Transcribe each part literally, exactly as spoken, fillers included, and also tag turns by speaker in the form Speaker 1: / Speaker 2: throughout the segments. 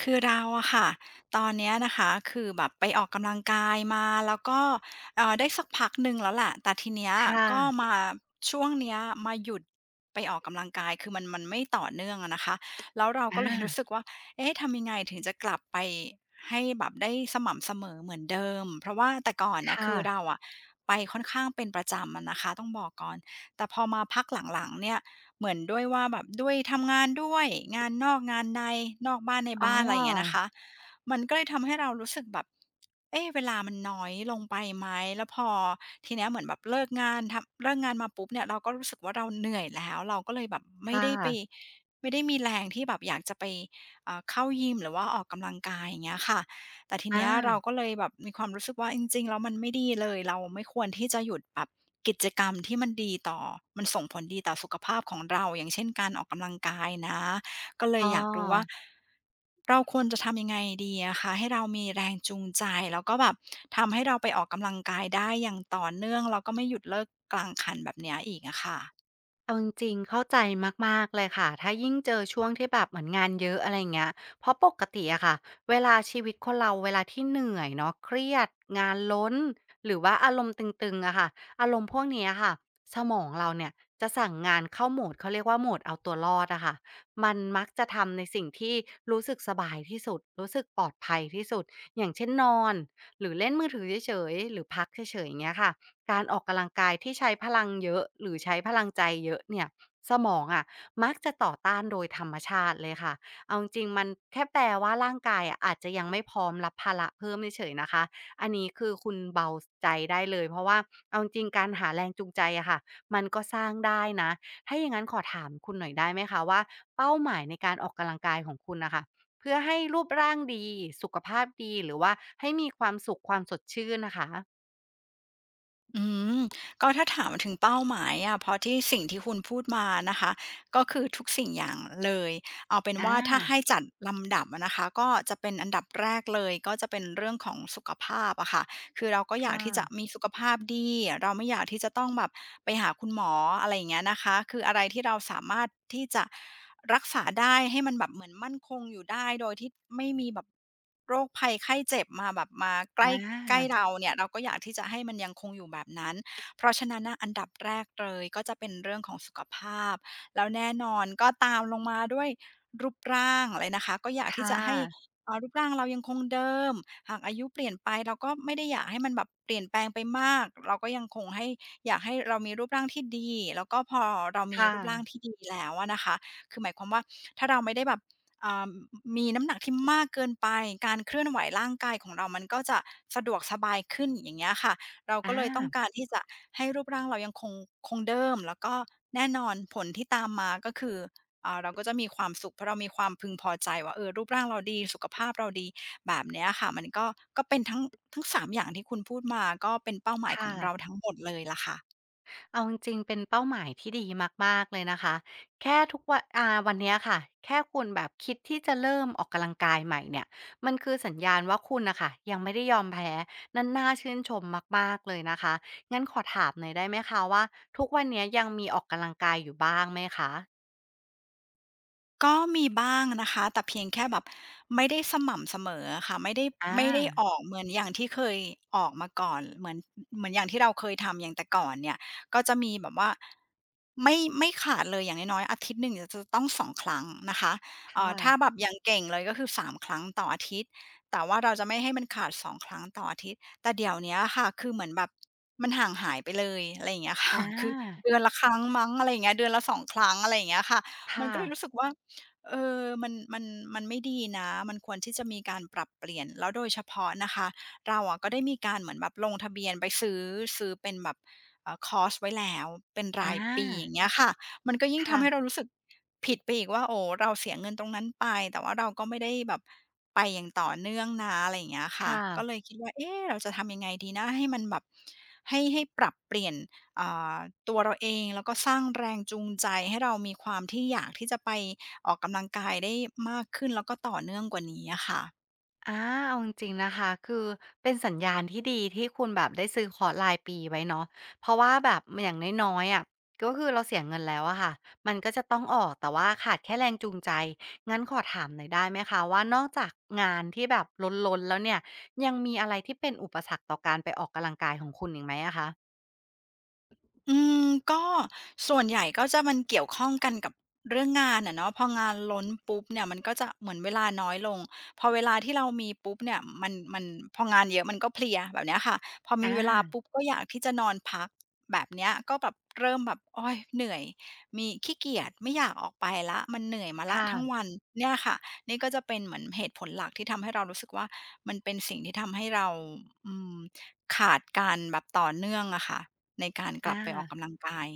Speaker 1: คือเราอะค่ะตอนเนี้ยนะคะคือแบบไปออกกำลังกายมา แล้วก็เอ่อได้สักพักหนึ่งแล้วแหละ แต่ทีเนี้ย
Speaker 2: ค
Speaker 1: ก็
Speaker 2: ่ะ
Speaker 1: มาช่วงเนี้ยมาหยุดไปออกกำลังกาย คือมันมันไม่ต่อเนื่องอะนะคะ แล้วเราก็เลยรู้สึ
Speaker 2: อา
Speaker 1: กว่า เอ๊ะทำยังไงถึงจะกลับไปให้แบบได้สม่ำเสมอเหมือนเดิม เพราะว่าแต่ก่อน
Speaker 2: ค
Speaker 1: เนี่ยคือเรา
Speaker 2: ่ะ
Speaker 1: อะไปค่อนข้างเป็นประจำอะนะคะ ต้องบอกก่อนแต่พอมาพักหลังๆเนี่ย เหมือนด้วยว่าแบบด้วยทำงานด้วยงานนอกงานในนอกบ้านใน
Speaker 2: อ๋
Speaker 1: บ้านอะไรอย่างเงี้ยนะ
Speaker 2: อ
Speaker 1: คะมันก็เลยทำให้เรารู้สึกแบบเอ๊ะเวลามันน้อยลงไปไหมแล้วพอทีเนี้ยเหมือนแบบเลิกงานทำเลิกงานมาปุ๊บเนี่ยเราก็รู้สึกว่าเราเหนื่อยแล้วเราก็เลยแบบไม่
Speaker 2: ค่ะ
Speaker 1: ได้ไปไม่ได้มีแรงที่แบบอยากจะไปเอ่อเข้ายิมหรือว่าออกกำลังกายอย่างเงี้ยค่ะ แต่ทีเนี้ยเรา
Speaker 2: อา
Speaker 1: ก็เลยแบบมีความรู้สึกว่าจริงๆแล้วมันไม่ดีเลยเราไม่ควรที่จะหยุดแบบกิจกรรมที่มันดีต่อมันส่งผลดีต่อสุขภาพของเราอย่างเช่นการออกกำลังกายนะก็เลย
Speaker 2: อ๋อ
Speaker 1: อยากรู้ว่าเราควรจะทำยังไงดีอะคะให้เรามีแรงจูงใจแล้วก็แบบทำให้เราไปออกกำลังกายได้อย่างต่อเนื่องแล้วก็ไม่หยุดเลิกกลางคันแบบเนี้ยอีกอะค่ะ
Speaker 2: เอาจริงๆ เข้าใจมากๆเลยค่ะ ถ้ายิ่งเจอช่วงที่แบบเหมือนงานเยอะอะไรอ่เงี้ยเพราะปกติอะค่ะ เวลาชีวิตคนเราเวลาที่เหนื่อยเนาะเครียดงานล้นหรือว่าอารมณ์ตึงๆอะค่ะ อารมณ์พวกเนี้ยค่ะสมองเราเนี่ยจะสั่งงานเข้าโหมดเขาเรียกว่าโหมดเอาตัวรอดอะค่ะมันมักจะทำในสิ่งที่รู้สึกสบายที่สุดรู้สึกปลอดภัยที่สุดอย่างเช่นนอนหรือเล่นมือถือเฉยๆหรือพักเฉยๆอย่างเงี้ยค่ะ การออกกำลังกายที่ใช้พลังเยอะหรือใช้พลังใจเยอะเนี่ยสมองอะมักจะต่อต้านโดยธรรมชาติเลยค่ะเอาจริงๆมันแค่แปลว่าร่างกายอะอาจจะยังไม่พร้อมรับภาระเพิ่มเฉยๆนะคะอันนี้คือคุณเบาใจได้เลยเพราะว่าเอาจริงๆการหาแรงจูงใจอะค่ะมันก็สร้างได้นะถ้าอย่างงั้นขอถามคุณหน่อยได้ไหมคะว่าเป้าหมายในการออกกำลังกายของคุณนะคะเพื่อให้รูปร่างดีสุขภาพดีหรือว่าให้มีความสุขความสดชื่นนะคะ
Speaker 1: อืมก็ถ้าถามถึงเป้าหมายอะเพราะที่สิ่งที่คุณพูดมานะคะก็คือทุกสิ่งอย่างเลยเอาเป็น
Speaker 2: อา
Speaker 1: ว่าถ้าให้จัดลำดับอะนะคะก็จะเป็นอันดับแรกเลยก็จะเป็นเรื่องของสุขภาพอะค่ะ คือเราก็อยาก
Speaker 2: ค่ะ
Speaker 1: ที่จะมีสุขภาพดีเราไม่อยากที่จะต้องแบบไปหาคุณหมออะไรอย่างเงี้ยนะคะคืออะไรที่เราสามารถที่จะรักษาได้ให้มันแบบเหมือนมั่นคงอยู่ได้โดยที่ไม่มีแบบโรคภัยไข้เจ็บมาแบบมาใก
Speaker 2: อ
Speaker 1: ล้ใกล้
Speaker 2: า
Speaker 1: เราเนี่ยเราก็อยากที่จะให้มันยังคงอยู่แบบนั้นเพราะฉะนั้นน่ะอันดับแรกเลยก็จะเป็นเรื่องของสุขภาพแล้วแน่นอนก็ตามลงมาด้วยรูปร่างเลยนะคะก็อยากที่จะ
Speaker 2: ค่ะ
Speaker 1: ให้ เอ่อรูปร่างเรายังคงเดิมหากอายุเปลี่ยนไปเราก็ไม่ได้อยากให้มันแบบเปลี่ยนแปลงไปมากเราก็ยังคงให้อยากให้เรามีรูปร่างที่ดีแล้วก็พอเรามี
Speaker 2: ค่ะ
Speaker 1: รูปร่างที่ดีแล้วอะนะคะคือหมายความว่าถ้าเราไม่ได้แบบอ่ามีน้ำหนักที่มากเกินไปการเคลื่อนไหวร่างกายของเรามันก็จะสะดวกสบายขึ้นอย่างเงี้ยค่ะเราก็
Speaker 2: อา
Speaker 1: เลยต้องการที่จะให้รูปร่างเรายังคงคงเดิมแล้วก็แน่นอนผลที่ตามมาก็คือ อ่าเราก็จะมีความสุขเพราะเรามีความพึงพอใจว่าเออรูปร่างเราดี สุขภาพเราดี แบบเนี้ยค่ะมันก็ก็เป็นทั้งทั้งสามอย่างที่คุณพูดมาก็เป็นเป้าหมายขอ
Speaker 2: ค่ะ
Speaker 1: งเราทั้งหมดเลยล่ะค่ะ
Speaker 2: เอาจริงๆเป็นเป้าหมายที่ดีมากๆ เลยนะคะแค่ทุกวันอ่าวันเนี้ยค่ะแค่คุณแบบคิดที่จะเริ่มออกกำลังกายใหม่เนี่ยมันคือสัญญาณว่าคุณน่ะค่ะยังไม่ได้ยอมแพ้นั่นน่าชื่นชมมากๆ เลยนะคะงั้นขอถามหน่อยได้ไหมคะว่าทุกวันเนี้ยยังมีออกกำลังกายอยู่บ้างไหมคะ
Speaker 1: ก็มีบ้างนะคะแต่เพียงแค่แบบไม่ได้สม่ำเสมออะค่ะไม่ได้
Speaker 2: อ
Speaker 1: ไม่ได้อ
Speaker 2: า
Speaker 1: อกเหมือนอย่างที่เคยออกมาก่อนเหมือนเหมือนอย่างที่เราเคยทำอย่างแต่ก่อนเนี่ยก็จะมีแบบว่าไม่ไม่ขาดเลยอย่างน้อยๆอาทิตย์หนึ่งเนี่ยจะต้องสองครั้งนะคะเอ่อ
Speaker 2: ค่ะ
Speaker 1: ถ้าแบบอย่างเก่งเลยก็คือสามครั้งต่ออาทิตย์แต่ว่าเราจะไม่ให้มันขาดสองครั้งต่ออาทิตย์แต่เดี๋ยวเนี้ยค่ะคือเหมือนแบบมันห่างหายไปเลยอะไรอย่างเงี้ยค่ะ
Speaker 2: อ
Speaker 1: คือ
Speaker 2: า
Speaker 1: เดือนละครั้งมั้งอะไรอย่างเงี้ยเดือนละสองครั้งอะไรอย่างเงี้ยค่ะมัน
Speaker 2: ค่ะ
Speaker 1: ก็เลยรู้สึกว่า เออมันมันมันไม่ดีนะมันควรที่จะมีการปรับเปลี่ยน แล้วโดยเฉพาะนะคะเราอะก็ได้มีการเหมือนแบบลงทะเบียนไปซื้อซื้อเป็นแบบเอ่อคอร์สไว้แล้วเป็นรา
Speaker 2: อา
Speaker 1: ยปีอย่างเงี้ยค่ะมันก็ยิ่ง
Speaker 2: ค่ะ
Speaker 1: ทำให้เรารู้สึกผิดไปอีกว่าโอ้เราเสียเงินตรงนั้นไปแต่ว่าเราก็ไม่ได้แบบไปอย่างต่อเนื่องนะอะไรอย่างเงี้ยค่ะ
Speaker 2: ค่ะ
Speaker 1: ก็เลยคิดว่าเอ๊ะเราจะทำยังไงดีนะให้มันแบบให้ให้ปรับเปลี่ยนอ่าตัวเราเองแล้วก็สร้างแรงจูงใจให้เรามีความที่อยากที่จะไป ออกกำลังกายได้มากขึ้นแล้วก็ต่อเนื่องกว่านี้อะค่ะ
Speaker 2: อาเอาจริงๆนะคะ คือเป็นสัญญาณที่ดีที่คุณแบบได้ซื้อคอร์สรายปีไว้เนาะเพราะว่าแบบอย่างน้อยๆอะก็คือเราเสียเงินแล้วอะค่ะ มันก็จะต้องออกแต่ว่าขาดแค่แรงจูงใจ งั้นขอถามหน่อยได้ไหมคะว่านอกจากงานที่แบบล้นๆแล้วเนี่ย ยังมีอะไรที่เป็นอุปสรรคต่อการไปออกกำลังกายของคุณอีกไหมอะคะ
Speaker 1: อืมก็ส่วนใหญ่ก็จะมันเกี่ยวข้องกันกับเรื่องงานอะเนาะพองานล้นปุ๊บเนี่ยมันก็จะเหมือนเวลาน้อยลงพอเวลาที่เรามีปุ๊บเนี่ยมันมันพองานเยอะมันก็เพลียแบบเนี้ยค่ะพอมี
Speaker 2: อา
Speaker 1: เวลาปุ๊บก็อยากที่จะนอนพักแบบเนี้ยก็แบบเริ่มแบบโอ๊ยเหนื่อยมีขี้เกียจไม่อยากออกไปแล้วมันเหนื่อยมาแล้ว
Speaker 2: ค่ะ
Speaker 1: ทั้งวันเนี่ยค่ะนี่ก็จะเป็นเหมือนเหตุผลหลักที่ทำให้เรารู้สึกว่ามันเป็นสิ่งที่ทำให้เราอืมขาดการแบบต่อเนื่องอะค่ะ ในการกลั
Speaker 2: อา
Speaker 1: บไปออกกำลังกาย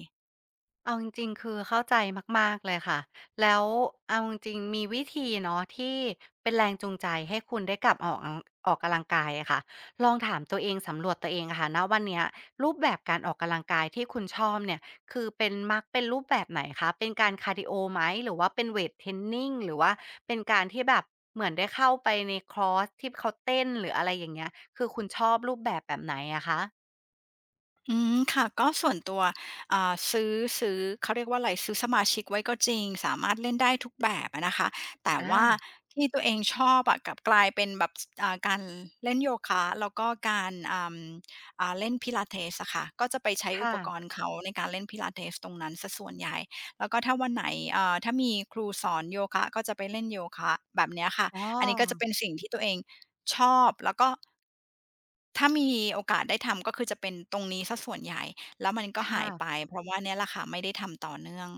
Speaker 2: เอาจริงๆคือเข้าใจมากๆเลยค่ะ แล้วเอาจริงๆมีวิธีเนาะที่เป็นแรงจูงใจให้คุณได้กลับออกอออกกำลังกายอะค่ะลองถามตัวเองสำรวจตัวเองอะค่ะณวันเนี้ยรูปแบบการออกกำลังกายที่คุณชอบเนี่ยคือเป็นมักเป็นรูปแบบไหนคะเป็นการคาร์ดิโอไหมหรือว่าเป็นเวตเทรนนิงหรือว่าเป็นการที่แบบเหมือนได้เข้าไปในคลอร์สที่เขาเต้นหรืออะไรอย่างเงี้ยคือคุณชอบรูปแบบแบบไหนอะคะ
Speaker 1: อืมค่ะก็ส่วนตัวอ่าซื้อซื้อเขาเรียกว่าไรซื้อสมาชิกไว้ก็จริงสามารถเล่นได้ทุกแบบอะนะคะแต่
Speaker 2: อา
Speaker 1: ว่าที่ตัวเองชอบอะกลับกลายเป็นแบบสอ่าการเล่นโยคะแล้วก็การอ่าอ่าเล่น Pilates อะค่ะก็จะไปใช้อุ
Speaker 2: ค่ะ
Speaker 1: ปกรณ์เขาในการเล่น Pilates ตรงนั้นเสียส่วนใหญ่แล้วก็ถ้าวันไหนเอ่อถ้ามีครูสอนโยคะก็จะไปเล่นโยคะแบบเนี้ยค่ะ
Speaker 2: อ๋อ
Speaker 1: อันนี้ก็จะเป็นสิ่งที่ตัวเองชอบแล้วก็ ถ้ามีโอกาสได้ทำก็คือจะเป็นตรงนี้เสียส่วนใหญ่แล้วมันก็หา
Speaker 2: ค่ะ
Speaker 1: ยไปเพราะว่าเนี่ยแหละค่ะไม่ได้ทำต่อเนื่อง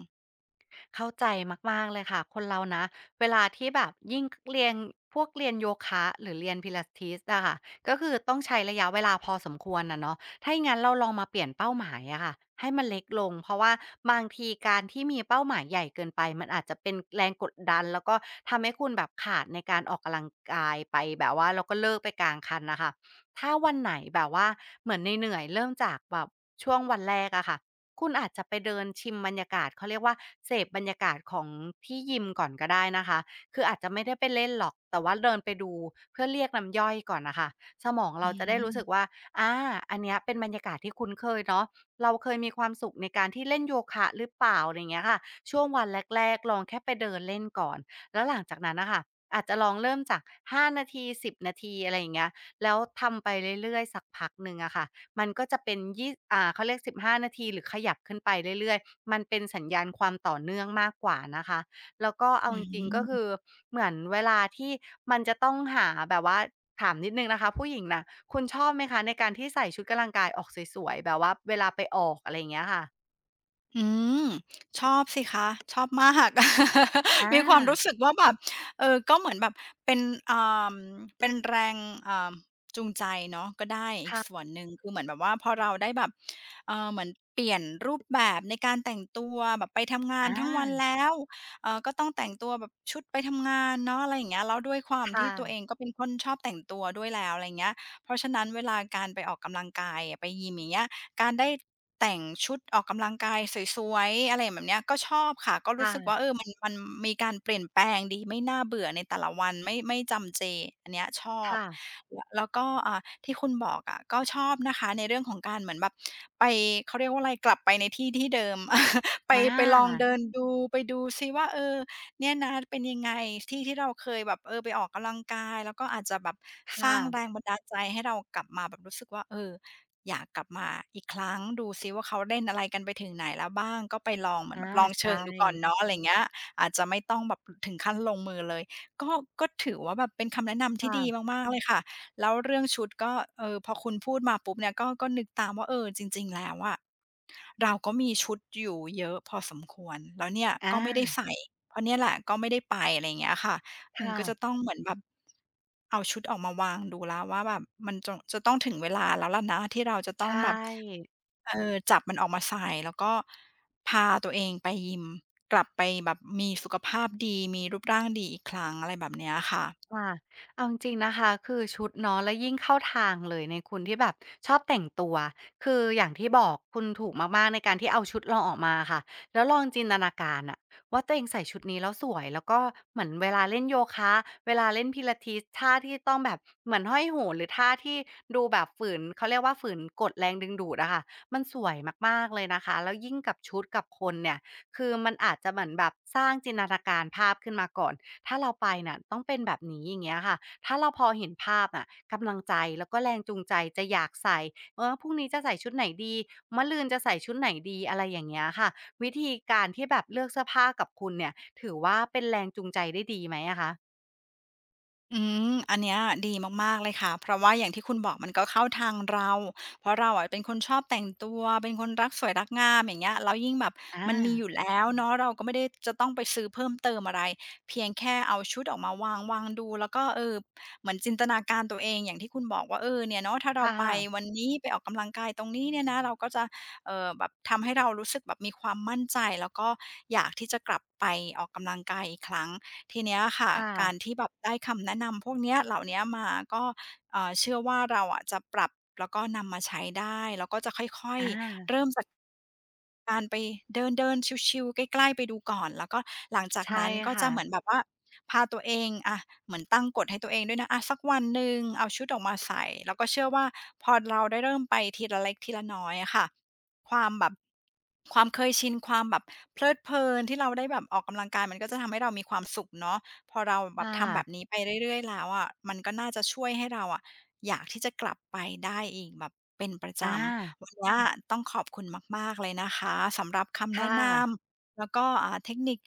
Speaker 2: เข้าใจมากๆเลยค่ะคนเรานะเวลาที่แบบยิ่งเรียนพวกเรียนโยคะหรือเรียน Pilates อะค่ะก็คือต้องใช้ระยะเวลาพอสมควรอะเนาะถ้าอย่างงั้นเราลองมาเปลี่ยนเป้าหมายอะค่ะให้มันเล็กลงเพราะว่าบางทีการที่มีเป้าหมายใหญ่เกินไปมันอาจจะเป็นแรงกดดันแล้วก็ทำให้คุณแบบขาดในการออกกำลังกายไปแบบว่าแล้วก็เลิกไปกลางคันน่ะค่ะถ้าวันไหนแบบว่าเหมือนเหนื่อยๆเริ่มจากแบบช่วงวันแรกอะค่ะ คุณอาจจะไปเดินชิมบรรยากาศเขาเรียกว่าเสพบรรยากาศของที่ยิมก่อนก็ได้นะคะคืออาจจะไม่ได้ไปเล่นหรอกแต่ว่าเดินไปดูเพื่อเรียกน้ำย่อยก่อนน่ะค่ะสมอง
Speaker 1: อื
Speaker 2: เราจะได้รู้สึก
Speaker 1: ม
Speaker 2: ว่าอาอันเนี้ยเป็นบรรยากาศที่คุ้นเคยเนาะเราเคยมีความสุขในการที่เล่นโยคะหรือเปล่าอะไรอย่างเงี้ยค่ะช่วงวันแรกๆลองแค่ไปเดินเล่นก่อนแล้วหลังจากนั้นน่ะค่ะอาจจะลองเริ่มจากห้านาทีสิบนาทีอะไรอย่างเงี้ยแล้วทำไปเรื่อยๆสักพักหนึ่งอะค่ะ มันก็จะเป็นยี่อ่าเขาเรียกสิบห้านาทีหรือขยับขึ้นไปเรื่อยๆมันเป็นสัญญาณความต่อเนื่องมากกว่านะคะแล้วก็เอา
Speaker 1: อื
Speaker 2: จริงๆก็คือ
Speaker 1: ม
Speaker 2: เหมือนเวลาที่มันจะต้องหาแบบว่าถามนิดหนึ่งนะคะผู้หญิงน่ะคุณชอบไหมคะในการที่ใส่ชุดกำลังกายออกสวยๆแบบว่าเวลาไปออกอะไรอย่างเงี้ยค่ะ
Speaker 1: อืมชอบสิคะชอบมาก
Speaker 2: อ
Speaker 1: มีความรู้
Speaker 2: า
Speaker 1: สึกว่าแบบเออก็เหมือนแบบเป็นอ่าเป็นแรงอ่าจูงใจเนาะก็ได้อีกส่
Speaker 2: ค่ะ
Speaker 1: วนหนึ่งคือเหมือนแบบว่าพอเราได้แบบเออเหมือนเปลี่ยนรูปแบบในการแต่งตัวแบบไปทำงาน
Speaker 2: อา
Speaker 1: ทั้งวันแล้วเออก็ต้องแต่งตัวแบบชุดไปทำงานเนาะอะไรอย่างเงี้ยแล้วด้วยความที่
Speaker 2: ค่ะ
Speaker 1: ตัวเองก็เป็นคนชอบแต่งตัวด้วยแล้วอะไรเงี้ยเพราะฉะนั้นเวลาการไปออกกำลังกายอะไปยิมอย่างเงี้ยการได้ แต่งชุดออกกำลังกายสวยๆอะไรแบบเนี้ยก็ชอบค่ะก็รู้สึกว่า
Speaker 2: ค่ะ
Speaker 1: เออมันมันมีการเปลี่ยนแปลงดีไม่น่าเบื่อในแต่ละวันไม่ไม่จำเจอันเนี้ยชอบ
Speaker 2: ค่ะ
Speaker 1: แล้วแล้วก็อ่าที่คุณบอกอะก็ชอบนะคะในเรื่องของการเหมือนแบบไปเขาเรียกว่าอะไรกลับไปในที่ที่เดิม ไป
Speaker 2: อ
Speaker 1: ไปลอง
Speaker 2: า
Speaker 1: เดินดูไปดูซิว่าเออเนี่ยนะเป็นยังไงที่ที่เราเคยแบบเออไปออกกำลังกายแล้วก็อาจจะแบบสร้า
Speaker 2: ค่ะ
Speaker 1: งแรงบันดาลใจให้เรากลับมาแบบรู้สึกว่าเออ อยากกลับมาอีกครั้งดูซิว่าเขาเล่นอะไรกันไปถึงไหนแล้วบ้างก็ไปลองเหมือน
Speaker 2: อา
Speaker 1: แบบลองเชิ
Speaker 2: ใช่
Speaker 1: งดูก่อนเนาะอะไรอย่างเงี้ยอาจจะไม่ต้องแบบถึงขั้นลงมือเลยก็ก็ถือว่าแบบเป็นคำแนะนำที่ดี
Speaker 2: ค่ะ
Speaker 1: มากๆเลยค่ะแล้วเรื่องชุดก็เออพอคุณพูดมาปุ๊บเนี่ยก็ก็นึกตามว่าเออจริงๆแล้วอะ เราก็มีชุดอยู่เยอะพอสมควรแล้วเนี่ย
Speaker 2: อา
Speaker 1: ก็ไม่ได้ใส่เพราะเนี่ยแหละก็ไม่ได้ไปอะไรอย่างเงี้ยค่ะอืม
Speaker 2: ค่ะ
Speaker 1: ก็จะต้องเหมือนแบบเอาชุดออกมาวางดูแล้วว่าแบบมันจงจะต้องถึงเวลาแล้วล่ะนะที่เราจะต้อง
Speaker 2: ใช่
Speaker 1: แบบเออจับมันออกมาใส่แล้วก็พาตัวเองไปยิมกลับไปแบบมีสุขภาพดีมีรูปร่างดีอีกครั้งอะไรแบบเนี้ยค่ะ
Speaker 2: ค่ะเอาจริงๆนะคะคือชุดเนาะแล้วยิ่งเข้าทางเลยในคุณที่แบบชอบแต่งตัวคืออย่างที่บอกคุณถูกมากๆในการที่เอาชุดเราออกมาค่ะแล้วลองจินตนาการน่ะว่าตัวเองใส่ชุดนี้แล้วสวยแล้วก็เหมือนเวลาเล่นโยคะเวลาเล่น Pilates ท่าที่ต้องแบบเหมือนห้อยโหนหรือท่าที่ดูแบบฝืนเขาเรียกว่าฝืนกฎแรงดึงดูดอะค่ะมันสวยมากๆเลยนะคะแล้วยิ่งกับชุดกับคนเนี่ย คือมันอาจจะเหมือนแบบสร้างจินตนาการภาพขึ้นมาก่อนถ้าเราไปน่ะต้องเป็นแบบนี้อย่างเงี้ยค่ะถ้าเราพอเห็นภาพน่ะกำลังใจแล้วก็แรงจูงใจจะอยากใส่เออพรุ่งนี้จะใส่ชุดไหนดีมะรืนจะใส่ชุดไหนดีอะไรอย่างเงี้ยค่ะวิธีการที่แบบเลือกเสื้อผ้ากับคุณเนี่ยถือว่าเป็นแรงจูงใจได้ดีไหมอะคะ
Speaker 1: อืมอันเนี้ยดีมากๆเลยค่ะเพราะว่าอย่างที่คุณบอกมันก็เข้าทางเรา เพราะเราอะเป็นคนชอบแต่งตัวเป็นคนรักสวยรักงามอย่างเงี้ยแล้วยิ่งแบบ
Speaker 2: อา
Speaker 1: มันมีอยู่แล้วเนาะเราก็ไม่ได้จะต้องไปซื้อเพิ่มเติมอะไรเพียงแค่เอาชุดออกมาวางๆดูแล้วก็เออเหมือนจินตนาการตัวเองอย่างที่คุณบอกว่าเออเนี่ยเนาะถ้าเรา
Speaker 2: ค่ะ
Speaker 1: ไปวันนี้ไปออกกำลังกายตรงนี้เนี่ยนะเราก็จะเอ่อแบบทำให้เรารู้สึกแบบมีความมั่นใจแล้วก็อยากที่จะกลับไปออกกำลังกายอีกครั้ง ทีเนี้ยค่ะ
Speaker 2: ค่ะ
Speaker 1: การที่แบบได้คำแนะนำพวกเนี้ยเหล่าเนี้ยมาก็เอ่อเชื่อว่าเราอะจะปรับแล้วก็นำมาใช้ได้แล้วก็จะค่อย
Speaker 2: อา
Speaker 1: ๆเริ่มจากการไปเดินๆชิลๆใกล้ๆไปดูก่อนแล้วก็หลังจาก
Speaker 2: ใช่
Speaker 1: นั้นก็จะ
Speaker 2: ค่ะ
Speaker 1: เหมือนแบบว่าพาตัวเองอะเหมือนตั้งกฎให้ตัวเองด้วยนะอะสักวันหนึ่งเอาชุดออกมาใส่แล้วก็เชื่อว่าพอเราได้เริ่มไปทีละเล็กทีละน้อยอะค่ะ ความแบบความเคยชินความแบบเพลิดเพลินที่เราได้แบบออกกำลังกายมันก็จะทำให้เรามีความสุขเนาะพอเราแบบ
Speaker 2: ค่ะ
Speaker 1: ทำแบบนี้ไปเรื่อยๆแล้วอะมันก็น่าจะช่วยให้เราอะอยากที่จะกลับไปได้อีกแบบเป็นประจ
Speaker 2: อา
Speaker 1: ำวันเนี้ยต้องขอบคุณมากๆเลยนะคะสำหรับคำ
Speaker 2: ค
Speaker 1: แนะน
Speaker 2: ่ะ
Speaker 1: ำแล้วก็อ่าเทคนิค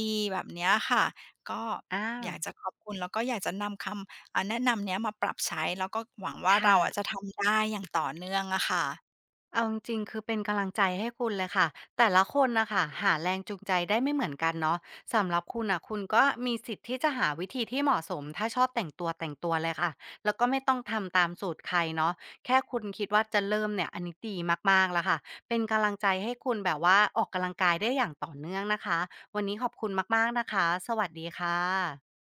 Speaker 1: ดีๆแบบเนี้ยค่ะก็
Speaker 2: อา
Speaker 1: อยากจะขอบคุณแล้วก็อยากจะนำคำอ่าแนะนำเนี้ยมาปรับใช้แล้วก็หวังว่า
Speaker 2: ค่ะ
Speaker 1: เราอะจะทำได้อย่างต่อเนื่องอะค่ะ
Speaker 2: เอาจริงๆคือเป็นกำลังใจให้คุณเลยค่ะแต่ละคนนะคะหาแรงจูงใจได้ไม่เหมือนกันเนาะสำหรับคุณน่ะคุณก็มีสิทธิ์ที่จะหาวิธีที่เหมาะสมถ้าชอบแต่งตัวแต่งตัวเลยค่ะแล้วก็ไม่ต้องทำตามสูตรใครเนาะแค่คุณคิดว่าจะเริ่มเนี่ยอันนี้ดีมากๆแล้วค่ะเป็นกำลังใจให้คุณแบบว่าออกกำลังกายได้อย่างต่อเนื่องนะคะวันนี้ขอบคุณมากๆนะคะสวัสดีค่ะ